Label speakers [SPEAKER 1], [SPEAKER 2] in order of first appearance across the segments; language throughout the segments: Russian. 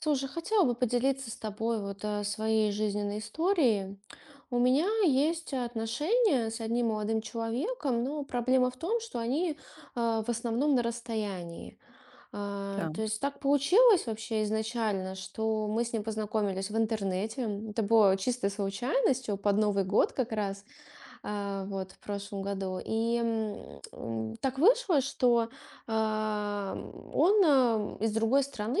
[SPEAKER 1] Слушай, хотела бы поделиться с тобой вот своей жизненной историей. У меня есть отношения с одним молодым человеком, но проблема в том, что они в основном на расстоянии.
[SPEAKER 2] Так,
[SPEAKER 1] То есть так получилось вообще изначально, что мы с ним познакомились в интернете. Это было чистой случайностью под Новый год как раз, вот в прошлом году. И так вышло, что а, он из другой страны,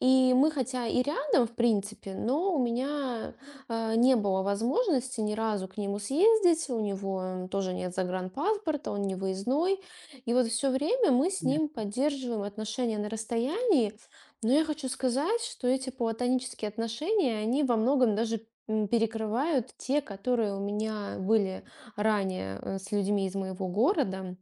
[SPEAKER 1] и мы хотя и рядом, в принципе, но у меня не было возможности ни разу к нему съездить. У него тоже нет загранпаспорта, он не выездной. И вот все время мы с ним
[SPEAKER 2] понятно.
[SPEAKER 1] поддерживаем отношения на расстоянии. Но я хочу сказать, что эти платонические отношения, они во многом даже перекрывают те, которые у меня были ранее с людьми из моего города.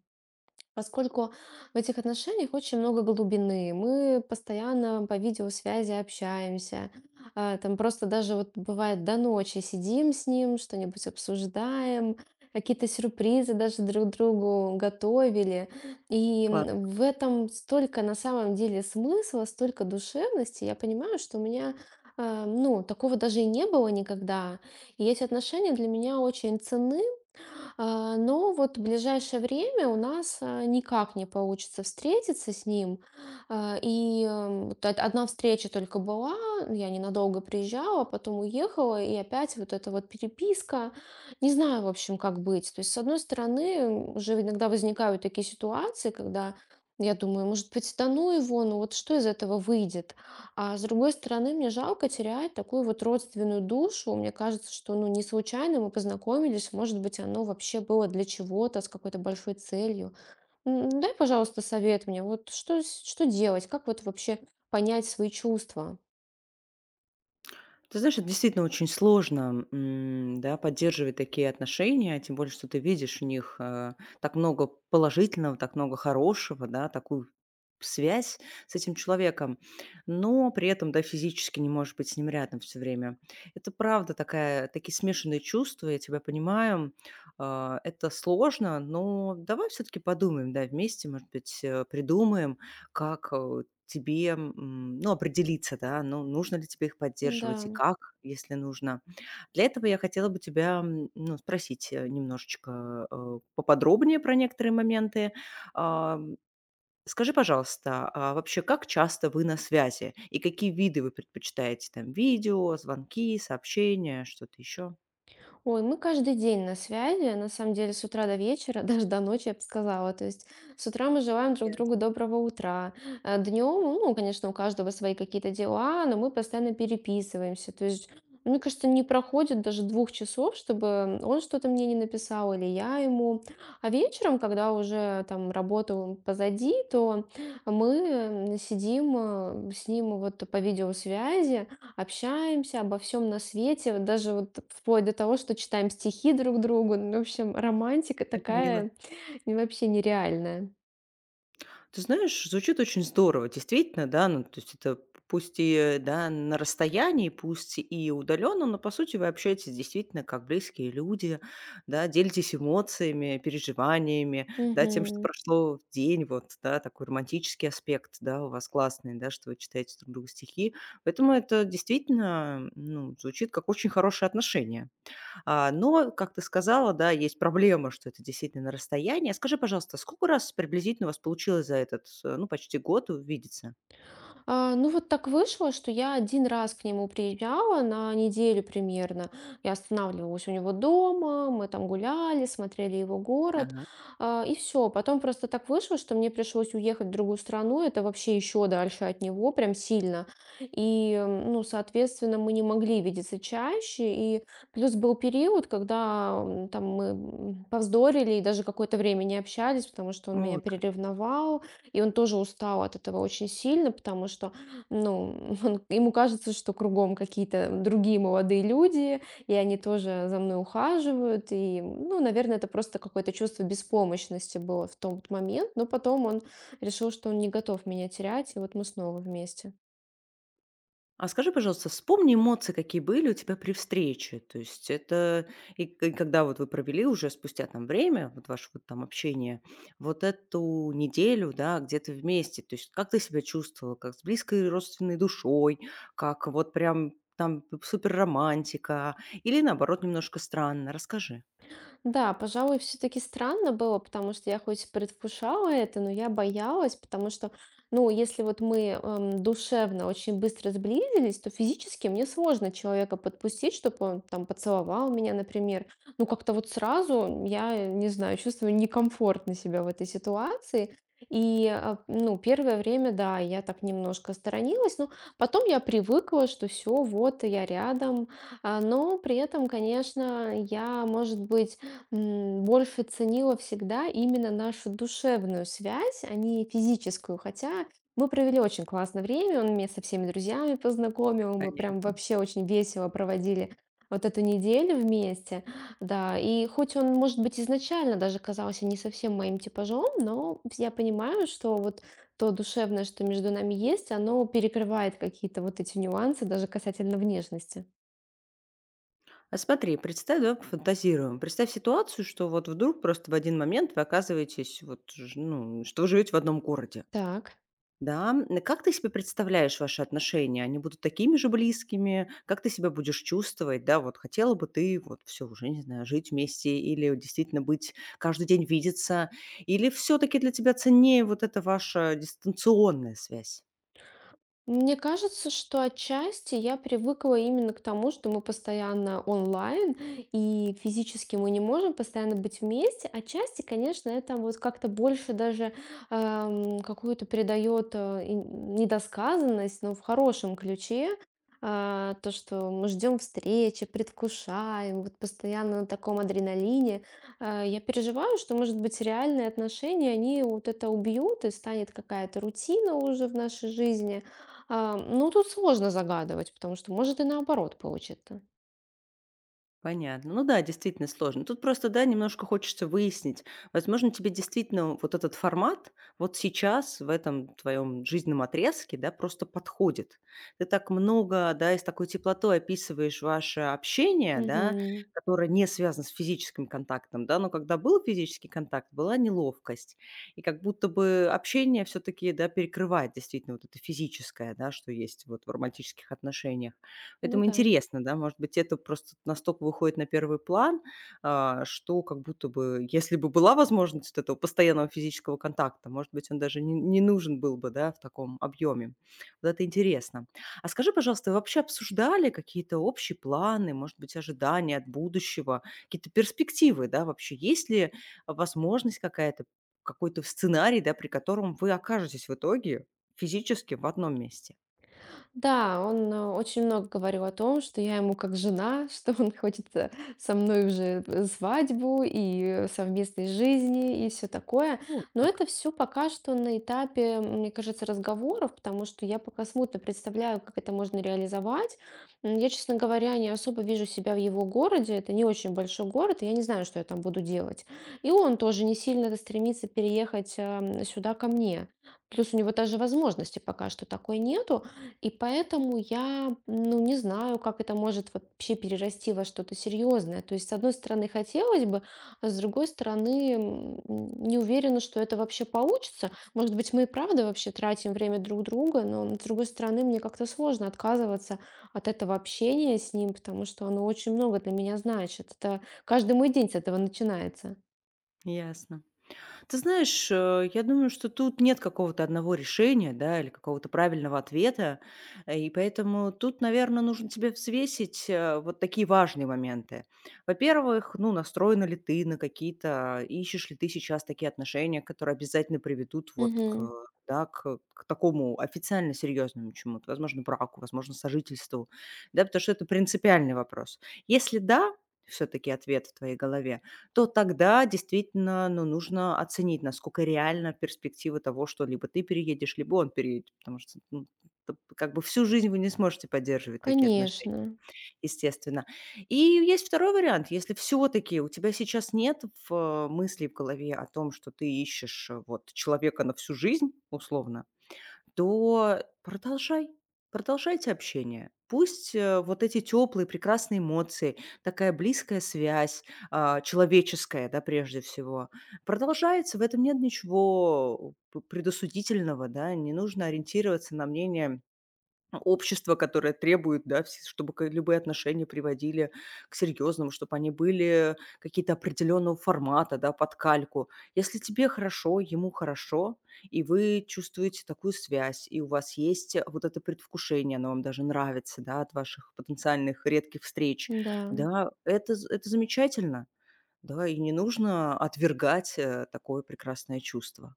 [SPEAKER 1] Поскольку в этих отношениях очень много глубины, мы постоянно по видеосвязи общаемся. Там просто даже вот бывает до ночи сидим с ним, что-нибудь обсуждаем, какие-то сюрпризы даже друг другу готовили. И
[SPEAKER 2] Класс.
[SPEAKER 1] в этом столько на самом деле смысла, столько душевности. Я понимаю, что у меня ну, такого даже и не было никогда. И эти отношения для меня очень ценны. Но вот в ближайшее время у нас никак не получится встретиться с ним. И вот одна встреча только была, я ненадолго приезжала, потом уехала, и опять вот эта вот переписка. Не знаю, в общем, как быть. То есть, с одной стороны, уже иногда возникают такие ситуации, когда я думаю, может быть, да ну его, ну вот что из этого выйдет? А с другой стороны, мне жалко терять такую вот родственную душу. Мне кажется, что, ну, не случайно мы познакомились. Может быть, оно вообще было для чего-то, с какой-то большой целью. Ну, дай, пожалуйста, совет мне. Вот что, что делать? Как вот вообще понять свои чувства?
[SPEAKER 2] Ты знаешь, это действительно очень сложно, да, поддерживать такие отношения, тем более, что ты видишь в них, так много положительного, так много хорошего, да, такую связь с этим человеком, но при этом, да, физически не можешь быть с ним рядом все время. Это правда такая такие смешанные чувства, я тебя понимаю. Это сложно, но давай все таки подумаем, да, вместе, может быть, придумаем, как, тебе, ну, определиться, да, ну, нужно ли тебе их
[SPEAKER 1] Да.
[SPEAKER 2] поддерживать и как, если нужно. Для этого я хотела бы тебя, ну, спросить немножечко поподробнее про некоторые моменты. А, м, Скажи, пожалуйста, а вообще как часто вы на связи и какие виды вы предпочитаете? Там видео, звонки, сообщения, что-то еще?
[SPEAKER 1] Ой, мы каждый день на связи, на самом деле, с утра до вечера, даже до ночи, я бы сказала. То есть с утра мы желаем друг другу
[SPEAKER 2] Ясно,
[SPEAKER 1] доброго утра. Днем, ну, конечно, у каждого свои какие-то дела, но мы постоянно переписываемся. То есть, мне кажется, не проходит даже двух часов, чтобы он что-то мне не написал или я ему. А вечером, когда уже там работу позади, то мы сидим с ним вот по видеосвязи. Общаемся обо всем на свете, вот даже вот вплоть до того, что читаем стихи друг другу. Ну, в общем, романтика
[SPEAKER 2] как мило.
[SPEAKER 1] такая, и вообще нереальная.
[SPEAKER 2] Ты знаешь, звучит очень здорово, действительно, да, ну, то есть это пусть и, да, на расстоянии, пусть и удаленно, но по сути вы общаетесь действительно как близкие люди, да, делитесь эмоциями, переживаниями, да, тем, что
[SPEAKER 1] Мгм.
[SPEAKER 2] прошло в день, вот, да, такой романтический аспект, да, у вас классный, да, что вы читаете друг другу стихи, поэтому это действительно, ну, звучит как очень хорошее отношение. Но, как ты сказала, да, есть проблема, что это действительно на расстоянии. А скажи, пожалуйста, сколько раз приблизительно у вас получилось за этот, ну, почти год увидеться?
[SPEAKER 1] Ну вот так вышло, что я один раз к нему приезжала на неделю примерно. Я останавливалась у него дома, мы там гуляли, смотрели его город,
[SPEAKER 2] Ага.
[SPEAKER 1] и все. Потом просто так вышло, что мне пришлось уехать в другую страну. Это вообще еще дальше от него, прям сильно. И, ну, соответственно, мы не могли видеться чаще. И плюс был период, когда, там мы, повздорили и даже какое-то время не общались, потому что он меня
[SPEAKER 2] Вот.
[SPEAKER 1] переревновал. И он тоже устал от этого очень сильно, потому что, ну, ему кажется, что кругом какие-то другие молодые люди, и они тоже за мной ухаживают. И, ну, наверное, это просто какое-то чувство беспомощности было в тот момент. Но потом он решил, что он не готов меня терять, и вот мы снова вместе.
[SPEAKER 2] А скажи, пожалуйста, вспомни эмоции, какие были у тебя при встрече. То есть это и к и когда вот вы провели уже спустя там время, вот ваше вот там общение, вот эту неделю, да, где-то вместе. То есть как ты себя чувствовала, как с близкой родственной душой, как вот прям там супер романтика или наоборот немножко странно. Расскажи.
[SPEAKER 1] Да, пожалуй, все-таки странно было, потому что я хоть и предвкушала это, но я боялась, потому что, ну, если вот мы душевно очень быстро сблизились, то физически мне сложно человека подпустить, чтобы он там поцеловал меня, например. Ну, как-то вот сразу, я не знаю, чувствую некомфортно себя в этой ситуации. И, ну, первое время, да, я так немножко сторонилась, но потом я привыкла, что все, вот я рядом. Но при этом, конечно, я, может быть, больше ценила всегда именно нашу душевную связь, а не физическую. Хотя мы провели очень классное время, он меня со всеми друзьями познакомил, мы прям
[SPEAKER 2] Понятно.
[SPEAKER 1] вообще очень весело проводили вот эту неделю вместе. Да, и хоть он, может быть, изначально даже казался не совсем моим типажом, но я понимаю, что вот то душевное, что между нами есть, оно перекрывает какие-то вот эти нюансы даже касательно внешности.
[SPEAKER 2] А смотри, представь, давай пофантазируем. Представь ситуацию, что вот вдруг просто в один момент вы оказываетесь, вот, ну, что вы живете в одном городе.
[SPEAKER 1] Так.
[SPEAKER 2] Да, как ты себе представляешь ваши отношения? Они будут такими же близкими? Как ты себя будешь чувствовать? Да, вот хотела бы ты вот все уже, не знаю, жить вместе или вот действительно быть каждый день видеться? Или все таки для тебя ценнее вот эта ваша дистанционная связь?
[SPEAKER 1] Мне кажется, что отчасти я привыкла именно к тому, что мы постоянно онлайн, и физически мы не можем постоянно быть вместе. Отчасти, конечно, это вот как-то больше даже какую-то придает и недосказанность, но в хорошем ключе. То, что мы ждем встречи, предвкушаем, вот постоянно на таком адреналине. Я переживаю, что, может быть, реальные отношения, они вот это убьют, и станет какая-то рутина уже в нашей жизни. Ну, тут сложно загадывать, потому что может и наоборот получится.
[SPEAKER 2] Понятно. Ну да, действительно сложно. Тут просто, да, немножко хочется выяснить. Возможно, тебе действительно вот этот формат вот сейчас в этом твоем жизненном отрезке, да, просто подходит. Ты так много, да, и с такой теплотой описываешь ваше общение, да,
[SPEAKER 1] Мгм.
[SPEAKER 2] которое не связано с физическим контактом, да, но когда был физический контакт, была неловкость. И как будто бы общение все-таки, да, перекрывает действительно вот это физическое, да, что есть вот в романтических отношениях.
[SPEAKER 1] Ну
[SPEAKER 2] Поэтому
[SPEAKER 1] да.
[SPEAKER 2] интересно, да, может быть, это просто настолько выходит на первый план, что как будто бы, если бы была возможность вот этого постоянного физического контакта, может быть, он даже не нужен был бы, да, в таком объеме. Вот это интересно. А скажи, пожалуйста, вы вообще обсуждали какие-то общие планы, может быть, ожидания от будущего, какие-то перспективы, да, вообще? Есть ли возможность какая-то, какой-то сценарий, да, при котором вы окажетесь в итоге физически в одном месте?
[SPEAKER 1] Да, он очень много говорил о том, что я ему как жена, что он хочет со мной уже свадьбу и совместной жизни и все такое.
[SPEAKER 2] Вот
[SPEAKER 1] Но
[SPEAKER 2] как.
[SPEAKER 1] это все пока что на этапе, мне кажется, разговоров, потому что я пока смутно представляю, как это можно реализовать. Я, честно говоря, не особо вижу себя в его городе. Это не очень большой город, и я не знаю, что я там буду делать. И он тоже не сильно стремится переехать сюда ко мне. Плюс у него даже возможности пока что такой нету. И поэтому я, ну, не знаю, как это может вообще перерасти во что-то серьезное. То есть, с одной стороны, хотелось бы, а с другой стороны, не уверена, что это вообще получится. Может быть, мы и правда вообще тратим время друг друга, но, с другой стороны, мне как-то сложно отказываться от этого общения с ним, потому что оно очень много для меня значит. Это каждый мой день с этого начинается.
[SPEAKER 2] Ясно. Ты знаешь, я думаю, что тут нет какого-то одного решения, да, или какого-то правильного ответа. И поэтому тут, наверное, нужно тебе взвесить вот такие важные моменты. Во-первых, ну, настроена ли ты на какие-то, ищешь ли ты сейчас такие отношения, которые обязательно приведут вот к,
[SPEAKER 1] Мгм.
[SPEAKER 2] да, к такому официально серьезному чему-то, возможно, браку, возможно, сожительству, да, потому что это принципиальный вопрос. Если да, все-таки ответ в твоей голове, то тогда действительно, ну, нужно оценить, насколько реально перспектива того, что либо ты переедешь, либо он переедет. Потому что, ну, т как бы всю жизнь вы не сможете поддерживать такие отношения,
[SPEAKER 1] Конечно,
[SPEAKER 2] естественно. И есть второй вариант. Если все таки у тебя сейчас нет в голове о том, что ты ищешь, вот человека на всю жизнь условно, то продолжай. Продолжайте общение. Пусть вот эти теплые, прекрасные эмоции, такая близкая связь, а, человеческая, да, прежде всего, продолжается. В этом нет ничего предосудительного, да, не нужно ориентироваться на мнение общество, которое требует, да, вс чтобы к любые отношения приводили к серьезному, чтобы они были какие-то определенного формата, да, под кальку. Если тебе хорошо, ему хорошо, и вы чувствуете такую связь, и у вас есть вот это предвкушение, оно вам даже нравится, да, от ваших потенциальных редких встреч,
[SPEAKER 1] да.
[SPEAKER 2] да, это замечательно. Да, и не нужно отвергать, такое прекрасное чувство.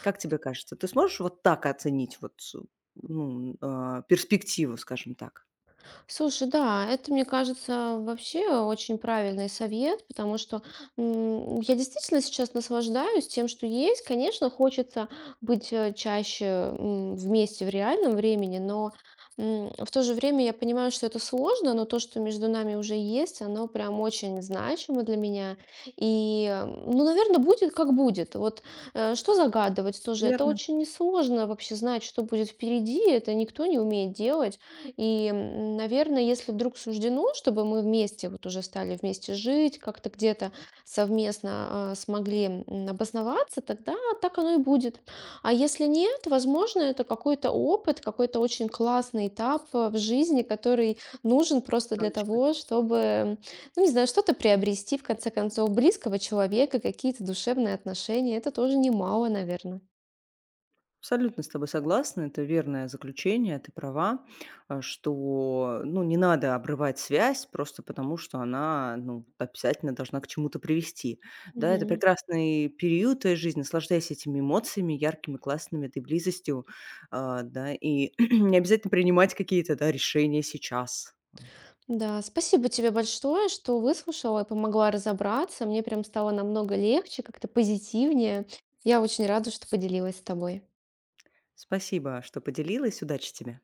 [SPEAKER 2] Как тебе кажется, ты сможешь вот так оценить вот, с ну, перспективу, скажем так?
[SPEAKER 1] Слушай, да, это, мне кажется, вообще очень правильный совет, потому что я действительно сейчас наслаждаюсь тем, что есть. Конечно, хочется быть чаще вместе в реальном времени, но в то же время я понимаю, что это сложно, но то, что между нами уже есть, оно прям очень значимо для меня. И, ну, наверное, будет как будет. Вот что загадывать тоже? Это
[SPEAKER 2] Верно,
[SPEAKER 1] очень несложно вообще знать, что будет впереди. Это никто не умеет делать. И, наверное, если вдруг суждено, чтобы мы вместе вот уже стали вместе жить, как-то где-то совместно смогли обосноваться, тогда так оно и будет. А если нет, возможно, это какой-то опыт, какой-то очень классный этап в жизни, который нужен просто для
[SPEAKER 2] точно.
[SPEAKER 1] того, чтобы, ну, не знаю, что-то приобрести, в конце концов, близкого человека, какие-то душевные отношения. Это тоже немало, наверное.
[SPEAKER 2] Абсолютно с тобой согласна. Это верное заключение. Ты права, что, ну, не надо обрывать связь просто потому, что она, ну, обязательно должна к чему-то привести. Да, это прекрасный период твоей жизни. Наслаждайся этими эмоциями, яркими, классными, этой близостью. Да, и не обязательно принимать какие-то, да, решения сейчас. А.
[SPEAKER 1] Да, спасибо тебе большое, что выслушала и помогла разобраться. Мне прям стало намного легче, как-то позитивнее. Я очень рада, что поделилась с тобой.
[SPEAKER 2] Спасибо, что поделилась. Удачи тебе.